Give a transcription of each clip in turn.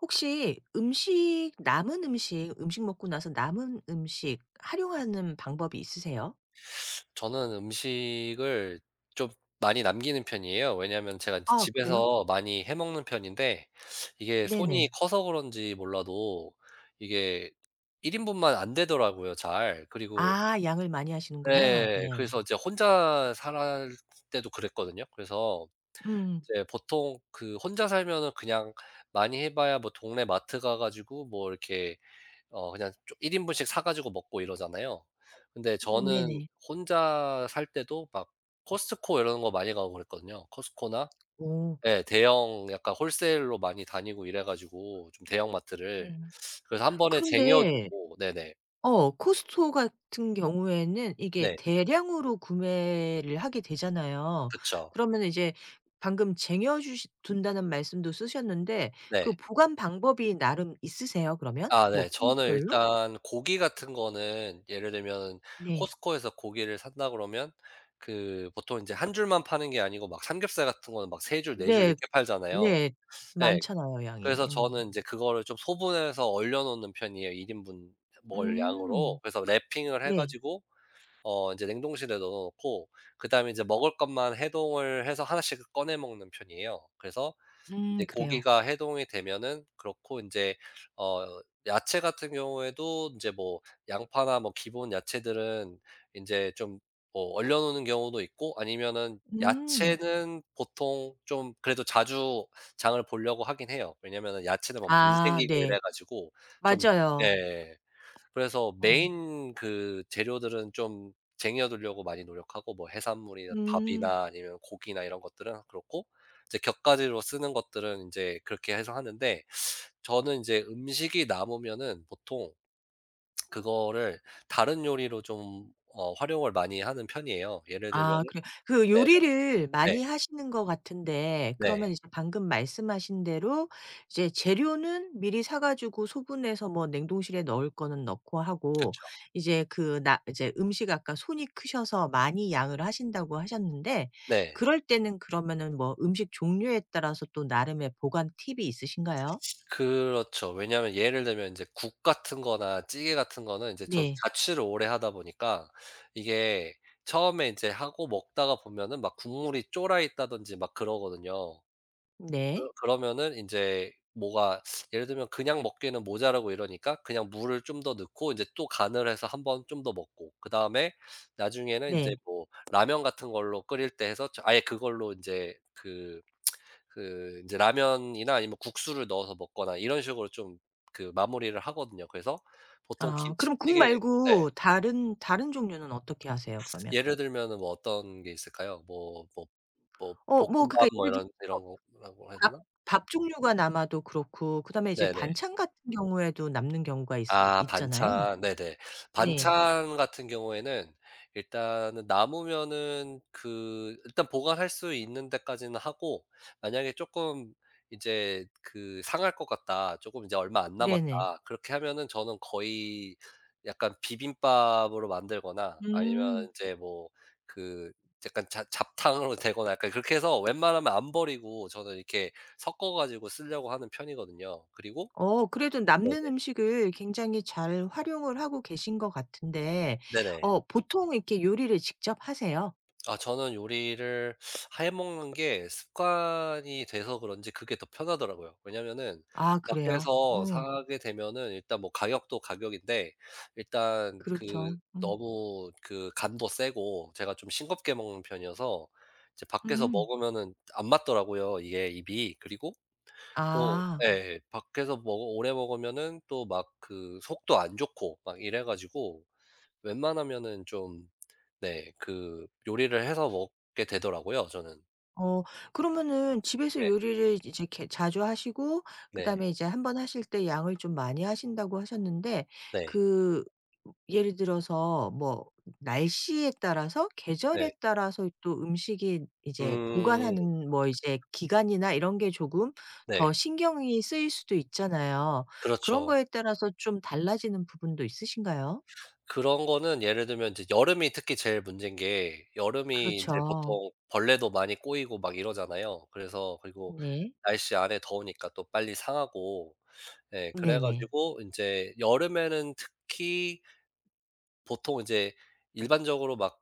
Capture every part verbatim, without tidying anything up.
혹시 음식 남은 음식, 음식 먹고 나서 남은 음식 활용하는 방법이 있으세요? 저는 음식을 좀 많이 남기는 편이에요. 왜냐하면 제가 제 아 그래요? 집에서 많이 해 먹는 편인데, 이게 네네. 손이 커서 그런지 몰라도 이게 일 인분만 안 되더라고요, 잘. 그리고 아 양을 많이 하시는구나. 예. 네. 그래서 이제 혼자 살 때도 그랬거든요. 그래서 음. 이제 보통, 그 혼자 살면은 그냥 많이 해 봐야 뭐 동네 마트 가 가지고 뭐 이렇게 어 그냥 조 일 인분씩 사 가지고 먹고 이러잖아요. 근데 네. 음 저는 네네. 혼자 살 때도 막 코스트코 이런 거 많이 가고 그랬거든요. 코스트코나, 오. 예, 대형, 약간 홀세일로 많이 다니고 이래 가지고 좀, 대형마트를. 음. 그래서 한 번에 쟁여 그런데 두고. 네네. 어 코스트코 같은 경우에는 이게 네. 대량으로 구매를 하게 되잖아요. 그쵸. 그러면 이제 방금 쟁여 주시 둔다는 말씀도 쓰셨는데 그 네. 보관 방법이 나름 있으세요 그러면? 아, 뭐 네. 저는 품목별로? 일단 고기 같은 거는 예를 들면 네. 코스트코에서 고기를 산다 그러면, 그 보통 인제 한 줄만 파는 게 아니고 막 삼겹살 같은 거는 막 세 줄 네 줄 네. 이렇게 팔잖아요. 네. 예. 많잖아요 양이. 그래서 음. 저는 인제 그거를 좀 소분해서 얼려 놓는 편이에요, 일 인분 먹을 양으로. 음. 그래서 랩핑을 해 네. 가지고 어 인제 냉동실에 넣어 놓고, 그다음에 이제 먹을 것만 해동을 해서 하나씩 꺼내 먹는 편이에요. 그래서 이음 제 그래요. 고기가 해동이 되면은 그렇고, 이제 어 야채 같은 경우에도 인제 뭐 양파나 뭐 기본 야채들은 인제 좀, 뭐 얼려 놓는 경우도 있고, 아니면은 음. 야채는 보통 좀 그래도 자주 장을 보려고 하긴 해요. 왜냐면은 야채는 막 물 아 생기고 네. 이래 가지고 좀, 맞아요. 예. 그래서 어. 메인 그 재료들은 좀 쟁여 두려고 많이 노력하고, 뭐 해산물이나 음. 밥이나 아니면 고기나 이런 것들은 그렇고, 이제 곁가지로 쓰는 것들은 인제 그렇게 해서 하는데, 저는 인제 음식이 남으면은 보통 그거를 다른 요리로 좀 어 활용을 많이 하는 편이에요. 예를 아 들면은. 그래요. 그 네네. 요리를 네. 많이 하시는 것 같은데 네. 그러면 네. 이제 방금 말씀하신 대로 이제 재료는 미리 사 가지고 소분해서 뭐 냉동실에 넣을 거는 넣고 하고 그쵸. 이제 그 나 이제 음식 아까 손이 크셔서 많이 양을 하신다고 하셨는데 네. 그럴 때는 그러면은 뭐 음식 종류에 따라서 또 나름의 보관 팁이 있으신가요? 그렇죠. 왜냐하면 예를 들면 이제 국 같은 거나 찌개 같은 거는, 이제 저도 네. 자취를 오래 하다 보니까 이게, 처음에 이제 하고 먹다가 보면은 막 국물이 쫄아 있다든지 막 그러거든요. 그러 네. 그러면은 이제 뭐가, 예를 들면 그냥 먹기에는 모자라고 이러니까, 그냥 물을 좀 더 넣고 이제 또 간을 해서 한번 좀 더 먹고, 그다음에 나중에는 이제 네. 뭐 라면 같은 걸로 끓일 때 해서 아예 그걸로 이제그 그 이제 라면이나 아니면 국수를 넣어서 먹거나 이런 식으로 좀, 그 마무리를 하거든요. 그래서 보통 아 그럼 국 김치찌개. 네. 말고 다른 다른 종류는 어떻게 하세요 그러면? 예를 들면은 뭐 어떤 게 있을까요? 뭐 뭐 뭐 어 뭐 그러니까 볶음밥 뭐 예를 이런 이런 들어서 거라고 해야 밥 되나? 밥 종류가 남아도 그렇고 그다음에 이제 네네. 반찬 같은 경우에도 남는 경우가 있 아, 있잖아요. 반찬. 네네. 네. 반찬 같은 경우에는, 일단은 남으면은 그 일단 보관할 수 있는 데까지는 하고, 만약에 쪼끔 이제 그 '상할 것 같다. 쪼끔 이제 얼마 안 네네. 남았다.' 그렇게 하면은 저는 거의 약간 비빔밥으로 만들거나, 아니면 음. 인제 뭐 그 약간 자 잡탕으로 되거나 약간 그렇게 해서, 웬만하면 안 버리고 저는 이렇게 섞어 가지고 쓰려고 하는 편이거든요. 그리고. 어 그래도 네네. 남는 음식을 굉장히 잘 활용을 하고 계신 것 같은데 네네. 어 보통 이렇게 요리를 직접 하세요? 아, 저는 요리를 해 먹는 게 습관이 돼서 그런지 그게 더 편하더라고요. 왜냐면은 아 그래요? 밖에서 어 사게 되면은, 일단 뭐 가격도 가격인데, 일단 그렇죠. 그 음. 너무 그 간도 세고 제가 좀 싱겁게 먹는 편이어서 이제 밖에서 음. 먹으면은 안 맞더라고요, 이게 입이. 그리고 또, 아. 예. 밖에서 먹어 오래 먹으면은 또 막 그 속도 안 좋고 막 이래 가지고 웬만하면은 좀, 네, 그 요리를 해서 먹게 되더라고요, 저는. 어 그러면은 집에서 네. 요리를 이제 개 자주 하시고 네. 그다음에 이제 한 번 하실 때 양을 좀 많이 하신다고 하셨는데 네. 그 예를 들어서 뭐 날씨에 따라서 네. 계절에 따라서 또 음식이 이제 음. 보관하는 뭐 이제 기간이나 이런 게 조금 더 네. 신경이 쓰일 수도 있잖아요. 그런 그렇죠. 거에 따라서 좀 달라지는 부분도 있으신가요? 그런 거는 예를 들면 이제 여름이 특히 제일 문제인 게, 여름이 인제 그렇죠. 보통 벌레도 많이 꼬이고 막 이러잖아요. 그래서, 그리고 네. 날씨 안에 더우니까 또 빨리 상하고, 예. 그래 네네. 가지고 인제 여름에는 특히, 보통 이제 일반적으로 막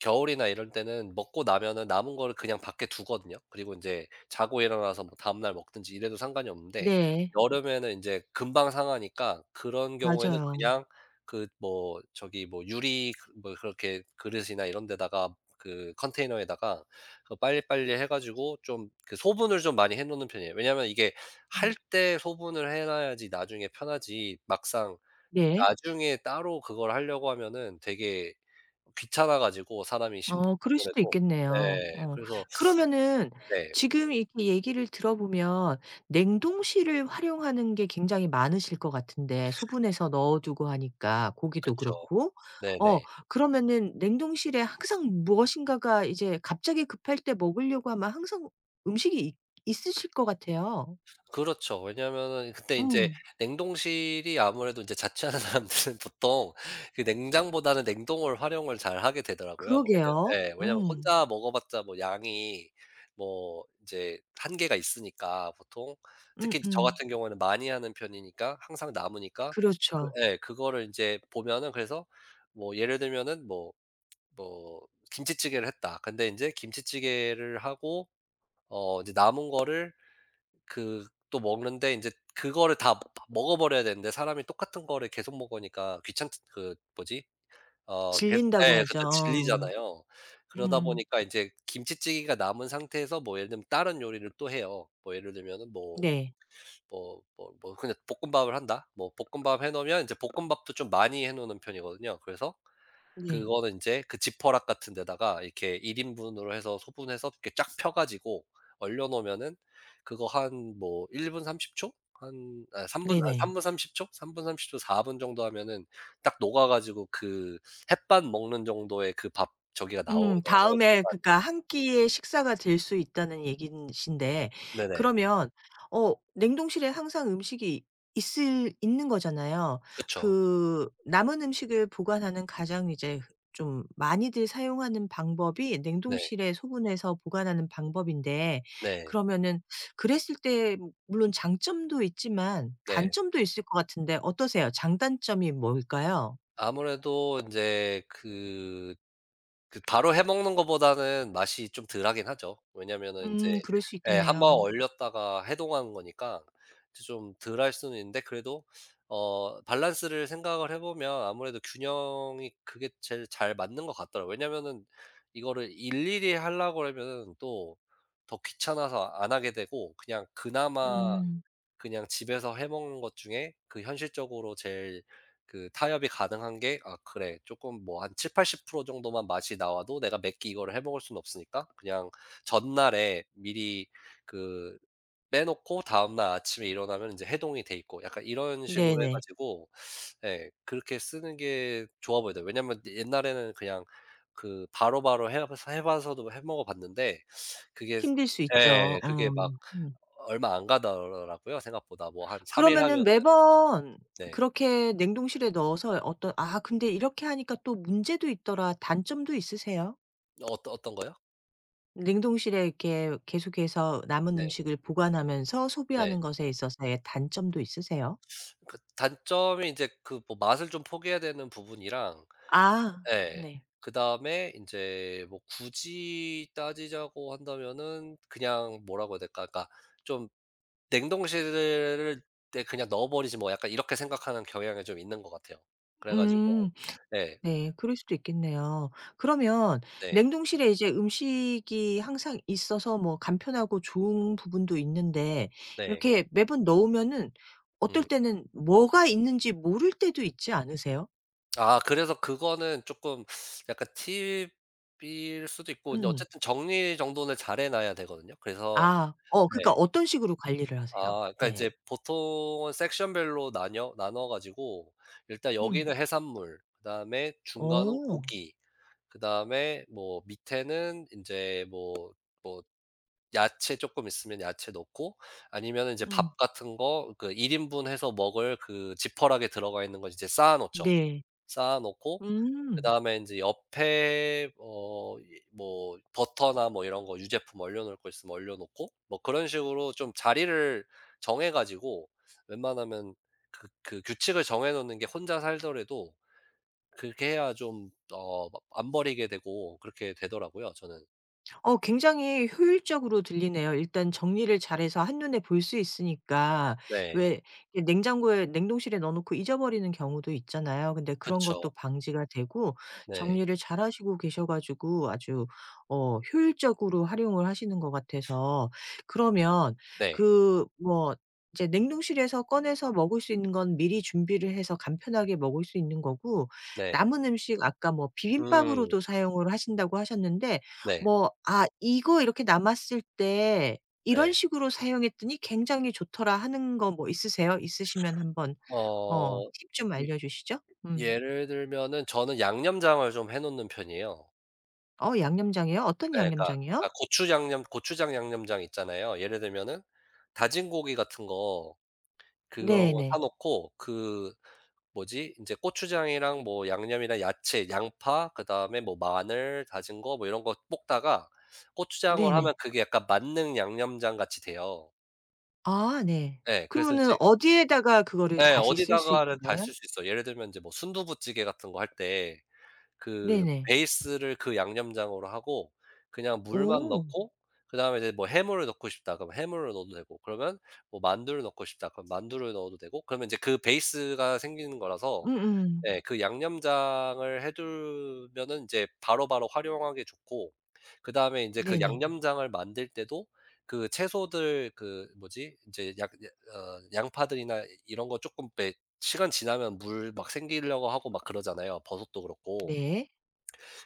겨울이나 이럴 때는 먹고 나면은 남은 거를 그냥 밖에 두거든요. 그리고 인제 자고 일어나서 뭐 다음 날 먹든지 이래도 상관이 없는데, 네. 여름에는 인제 금방 상하니까 그런 경우에는 맞아요. 그냥, 그 뭐 저기 뭐 유리 그 뭐 그렇게 그릇이나 이런 데다가, 그 컨테이너에다가 그 빨리빨리 해 가지고 좀 그 소분을 좀 많이 해 놓는 편이에요. 왜냐하면 이게 할 음. 때 소분을 해 놔야지 나중에 편하지, 막상 네. 나중에 따로 그걸 하려고 하면은 되게 귀찮아가지고, 사람이 심 어 그럴 수도 아무래도. 있겠네요. 네, 어. 그래서. 그러면은 네. 지금 이렇게 얘기를 들어보면 냉동실을 활용하는 게 굉장히 많으실 것 같은데 소분해서 넣어 두고 하니까 고기도 그쵸. 그렇고. 어 네네. 그러면은 냉동실에 항상 무엇인가가 이제 갑자기 급할 때 먹으려고 하면 항상 음식이 있 있으실 것 같아요. 그렇죠. 왜냐하면은 그때 인제 음. 냉동실이, 아무래도 인제 자취하는 사람들은 보통 그 냉장보다는 냉동을 활용을 잘하게 되더라고요. 왜냐면, 그러게요. 예. 왜냐면 음. 혼자 먹어봤자 뭐 양이 뭐 인제 한계가 있으니까, 보통, 특히 저 음음. 같은 경우에는 많이 하는 편이니까 항상 남으니까. 그, 그렇죠. 예. 그거를 인제 보면은, 그래서 뭐 예를 들면은 뭐 뭐 김치찌개를 했다. 근데 이제 김치찌개를 하고 어 이제 남은 거를 그 또 먹는데, 이제 그거를 다 다 먹어 버려야 되는데 사람이 똑같은 거를 계속 먹으니까, 귀찮, 그 뭐지? 어 계속, 질린다고 예, 그쵸. 하죠. 어. 질리잖아요. 그러다 음음. 보니까 인제 김치찌개가 남은 상태에서 뭐 예를 들면 다른 요리를 또 해요. 뭐 예를 들면은 뭐 네. 뭐 뭐 뭐 그냥 볶음밥을 한다. 뭐 볶음밥 해 놓으면 인제 볶음밥도 좀 많이 해 놓는 편이거든요. 그래서 네. 그거는 이제 그 지퍼락 같은 데다가 이렇게 일 인분으로 해서 소분해서 이렇게 쫙 펴 가지고 얼려 놓으면은, 그거 한 뭐 일 분 삼십 초? 한, 아 삼 분, 아 네네. 삼 분 삼공 초? 삼 분 삼십 초, 사 분 정도 하면은 딱 녹아 가지고, 그 햇반 먹는 정도의 그 밥 저기가 음 나오더라고요, 다음에 질감이. 그러니까 한 끼의 식사가 될 수 있다는 얘기신데 네네. 그러면 어 냉동실에 항상 음식이 있을 있는 거잖아요. 그쵸. 그 남은 음식을 보관하는 가장 이제 좀 많이들 사용하는 방법이 네. 냉동실에 소분해서 보관하는 방법인데 네. 그러면은 그랬을 때 뭐, 물론 장점도 있지만 네. 단점도 있을 것 같은데 어떠세요? 장단점이 뭘까요? 아무래도 인제 그 그 바로 해 먹는 거보다는 맛이 좀 덜하긴 하죠. 왜냐면은 인제 음 그럴 수 예번 있겠네요. 얼렸다가 해동한 거니까 이제 좀 덜할 수는 있는데, 그래도 어 밸런스를 생각을 해 보면 아무래도 균형이 그게 제일 잘 맞는 것 같더라고요. 왜냐면은 이거를 일일이 하려고 그러면은 또 더 귀찮아서 안 하게 되고, 그냥 그나마 음. 그냥 집에서 해 먹는 것 중에 그 현실적으로 제일 그 타협이 가능한 게, '아, 그래. 조금 뭐한칠십팔 영 정도만 맛이 나와도 내가 몇 끼 이거를 해 먹을 수는 없으니까, 그냥 전날에 미리 그 빼 놓고 다음날 아침에 일어나면 이제 해동이 돼 있고.' 약간 이런 식으로 해 네네. 가지고, 예, 그렇게 쓰는 게 좋아 보여요. 왜냐면 옛날에는 그냥 그 바로바로 해 봐서 해 봐서도 해 먹어 봤는데, 그게, 힘들 수 예. 있죠. 그게 어. 막 음. 얼마 안 가더라고요 생각보다. 뭐 한 삼 일 그러면은 하면은. 매번 네. 그렇게 냉동실에 넣어서 어떤 '아 근데 이렇게 하니까 또 문제도 있더라.' 단점도 있으세요? 어떤 어떤 거요? 냉동실에 이렇게 계속해서 남은 네. 음식을 보관하면서 네. 소비하는 것에 있어서의 단점도 있으세요? 그 단점이 인제 그 뭐 맛을 좀 포기해야 되는 부분이랑, 아. 예. 네. 그다음에 인제 뭐 굳이 따지자고 한다면은 그냥 뭐라고 해야 될까? 그러니까 좀 '냉동실을, 에 그냥 넣어 버리지 뭐.' 약간 이렇게 생각하는 경향이 좀 있는 것 같아요. 그래 가지고. 음. 네. 네. 그럴 수도 있겠네요. 그러면 네. 냉동실에 이제 음식이 항상 있어서 뭐 간편하고 좋은 부분도 있는데 네. 이렇게 매번 넣으면은 어떨 음. 때는 뭐가 있는지 모를 때도 있지 않으세요? 아, 그래서 그거는 조금 약간 팁일 수도 있고 근데, 음. 어쨌든 정리 정도는 잘해 놔야 되거든요. 그래서. 아. 어 그러니까 네. 어떤 식으로 관리를 하세요? 아, 그러니까 이 네. 제 보통은 섹션별로 나뉘어 나눠 가지고, 일단 음. 여기는 해산물, 그다음에 중간은 어. 고기, 그다음에 뭐 밑에는 이제 뭐 뭐 야채 조금 있으면 야채 넣고, 아니면 이제 음. 밥 같은 거 그 일 인분 해서 먹을 그 지퍼락에 들어가 있는 거 이제 쌓아 놓죠. 네. 쌓아 놓고, 음. 그다음에 인제 옆에 어 이 뭐 버터나 뭐 이런 거 유제품 얼려 놓을 거 있으면 얼려 놓고, 뭐 그런 식으로 좀 자리를 정해 가지고, 웬만하면 그 그 규칙을 정해 놓는 게 혼자 살더라도, 그렇게 해야 좀 어 막 안 버리게 되고 그렇게 되더라고요, 저는. 어 굉장히 효율적으로 들리네요. 일단 정리를 잘해서 한눈에 볼 수 있으니까 네. 왜 이 냉장고에 냉동실에 넣어 놓고 잊어버리는 경우도 있잖아요. 근데 그런 그쵸. 것도 방지가 되고 네. 정리를 잘하시고 계셔 가지고 아주 어 효율적으로 활용을 하시는 것 같아서 그러면 네. 그 뭐 이제 냉동실에서 꺼내서 먹을 수 있는 건 미리 준비를 해서 간편하게 먹을 수 있는 거고 네. 남은 음식 아까 뭐 음. 비빔밥으로도 사용을 하신다고 하셨는데 네. 뭐 '아 이거 이렇게 남았을 때 이런 네. 식으로 사용했더니 굉장히 좋더라.' 하는 거 뭐 있으세요? 있으시면 한번 어 어 팁 좀 예, 알려 주시죠. 음. 예를 들면은 저는 양념장을 좀 해 놓는 편이에요. 어 양념장이요? 어떤 네. 그러니까 그러니까 양념장이요? 고추 양념, 고추장 양념장 있잖아요. 예를 들면은 다진 고기 같은 거, 그런 거 사 네네. 놓고 그 뭐지 인제 고추장이랑 뭐 양념이랑 야채, 양파, 그다음에 뭐 마늘 다진 거 뭐 이런 거 볶다가 고추장을 하면 네네. 그게 약간 만능 양념장 같이 돼요. 아 네. 예. 그래서 그러면은 인제. 어디에다가 그거를 예. 다시 쓸 수 어디다가를 있는 다 거예요? 쓸 수 있어요. 예를 들면 인제 뭐 순두부찌개 같은 거할때, 그 네네. 베이스를 그 양념장으로 하고 그냥 물만 오. 넣고, 그다음에 이제 뭐 해물을 넣고 싶다. 그럼 해물을 넣어도 되고. 그러면 뭐 만두를 넣고 싶다. 그럼 만두를 넣어도 되고. 그러면 이제 그 베이스가 생기는 거라서, 음음. 예, 그 양념장을 해 두면은 인제 바로바로 활용하기 좋고, 그다음에 인제 그 네네. 양념장을 만들 때도 그 채소들 그 뭐지 인제 약 야 어 양파들이나 이런 거 쪼끔, 이 시간 지나면 물 막 생기려고 하고 막 그러잖아요, 버섯도 그렇고. 네.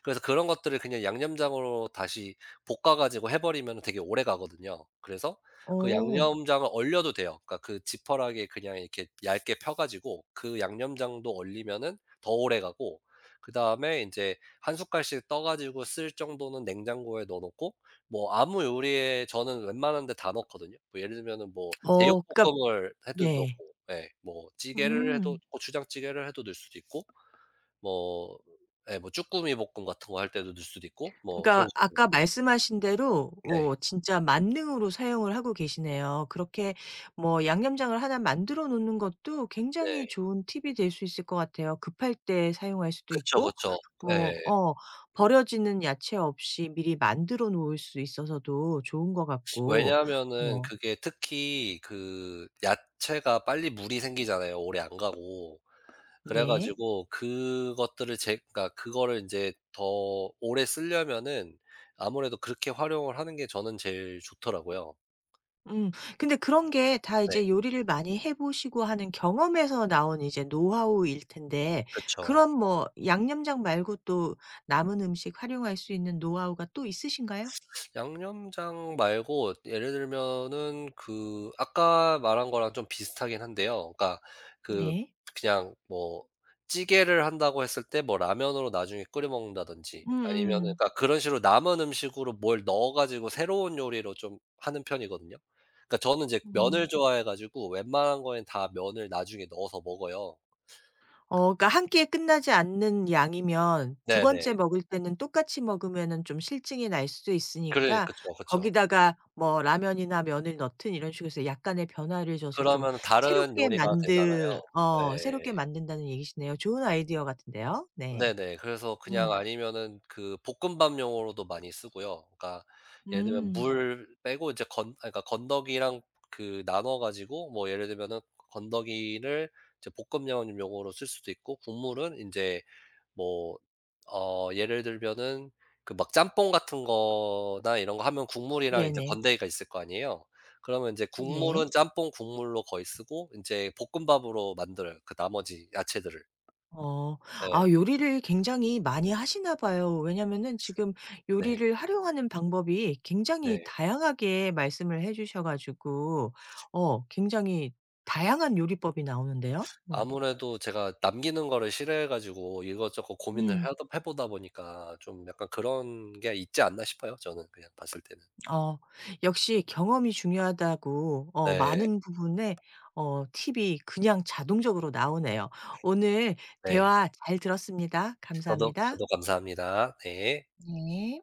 그래서 그런 것들을 그냥 양념장으로 다시 볶아 가지고 해버리면 되게 오래가거든요. 그래서 그, 음, 오 양념장을 얼려도 돼요. 그러니까 그 지퍼락에 그냥 이렇게 얇게 펴 가지고 그 양념장도 얼리면은 더 오래가고, 그다음에 인제 한 숟갈씩 떠 가지고 쓸 정도는 냉장고에 넣어 놓고, 뭐 아무 요리에 저는 웬만한 데 다 넣거든요. 뭐 예를 들면은 뭐 어 그러니까 제육볶음을 해도 네. 넣고, 예, 뭐 찌개를, 음, 해도 음. 고추장찌개를 해도 넣을 수도 있고, 뭐 예 뭐 쭈꾸미 볶음 같은 거 할 때도 넣을 수도 있고, 뭐 그런 그러니까 식으로. 아까 말씀하신 대로 네. 어 진짜 만능으로 사용을 하고 계시네요. 그렇게 뭐 양념장을 하나 만들어 놓는 것도 네. 굉장히 좋은 팁이 될 수 있을 것 같아요. 급할 때 사용할 수도 그쵸, 있고 그쵸. 예. 뭐 어 버려지는 야채 없이 미리 만들어 놓을 수 있어서도 좋은 것 같고. 왜냐하면은 어 그게 특히 그 야채가 빨리 물이 생기잖아요, 오래 안 가고. 그래 네. 가지고 그것들을 제 그러니까 그거를 인제 더 오래 쓰려면은 아무래도 그렇게 활용을 하는 게 저는 제일 좋더라고요. 음. 근데 그런 게 다 네. 이제 요리를 많이 해 보시고 하는 경험에서 나온 이제 노하우일 텐데 그쵸. 그런 뭐 양념장 말고 또 남은 음식 활용할 수 있는 노하우가 또 있으신가요? 양념장 말고 예를 들면은 그 아까 말한 거랑 좀 비슷하긴 한데요. 그러니까 그 네. 그냥 뭐 찌개를 한다고 했을 때 뭐 라면으로 나중에 끓여 먹는다든지, 아니면은 음음. 그러니까 그런 식으로 남은 음식으로 뭘 넣어 가지고 새로운 요리로 좀 하는 편이거든요. 그러니까 저는 이제 음. 면을 음. 좋아해 가지고 웬만한 거엔 다 면을 나중에 넣어서 먹어요. 어 그러니까 한 끼에 끝나지 않는 양이면 두 네네. 번째 먹을 때는 똑같이 먹으면은 좀 실증이 날 수도 그러니 있으니까 그쵸, 그쵸. 거기다가 뭐 라면이나 면을 넣든 이런 식으로 해서 약간의 변화를 줘서 좀 그러면 다른 새롭게 요리가 되잖아요. 만드 어 새롭게 네. 만든다는 얘기시네요. 좋은 아이디어 같은데요. 네. 네네. 그래서 그냥 음. 아니면은 그 볶음밥용으로도 많이 쓰고요. 그러니까 예를 들면, 음, 음. 물 빼고 이제 건 아 그러니까 건더기랑 그 나눠 가지고, 뭐 예를 들면은 건더기를 이제 볶음면용으로 쓸 수도 있고, 국물은 이제 뭐 어 예를 들면은 그 막 짬뽕 같은 거나 이런 거 하면 국물이랑 이제 네네. 건더기가 있을 거 아니에요. 그러면 이제 국물은, 음, 네. 짬뽕 국물로 거의 쓰고, 이제 볶음밥으로 만들어요, 그 나머지 야채들을. 어. 아 네. 요리를 굉장히 많이 하시나 봐요. 왜냐면은 지금 네. 요리를 활용하는 방법이 굉장히 네. 다양하게 말씀을 해 주셔 가지고 어 굉장히 다양한 요리법이 나오는데요. 음. 아무래도 제가 남기는 거를 싫어해 가지고 이것저것 고민을 음. 하다 해 보다 보니까 좀 약간 그런 게 있지 않나 싶어요, 저는 그냥 봤을 때는. 어 역시 경험이 중요하다고 어 네. 많은 부분에 어 팁이 그냥 자동적으로 나오네요. 오늘 네. 대화 잘 들었습니다. 저도 감사합니다. 저도 감사합니다. 네. 네.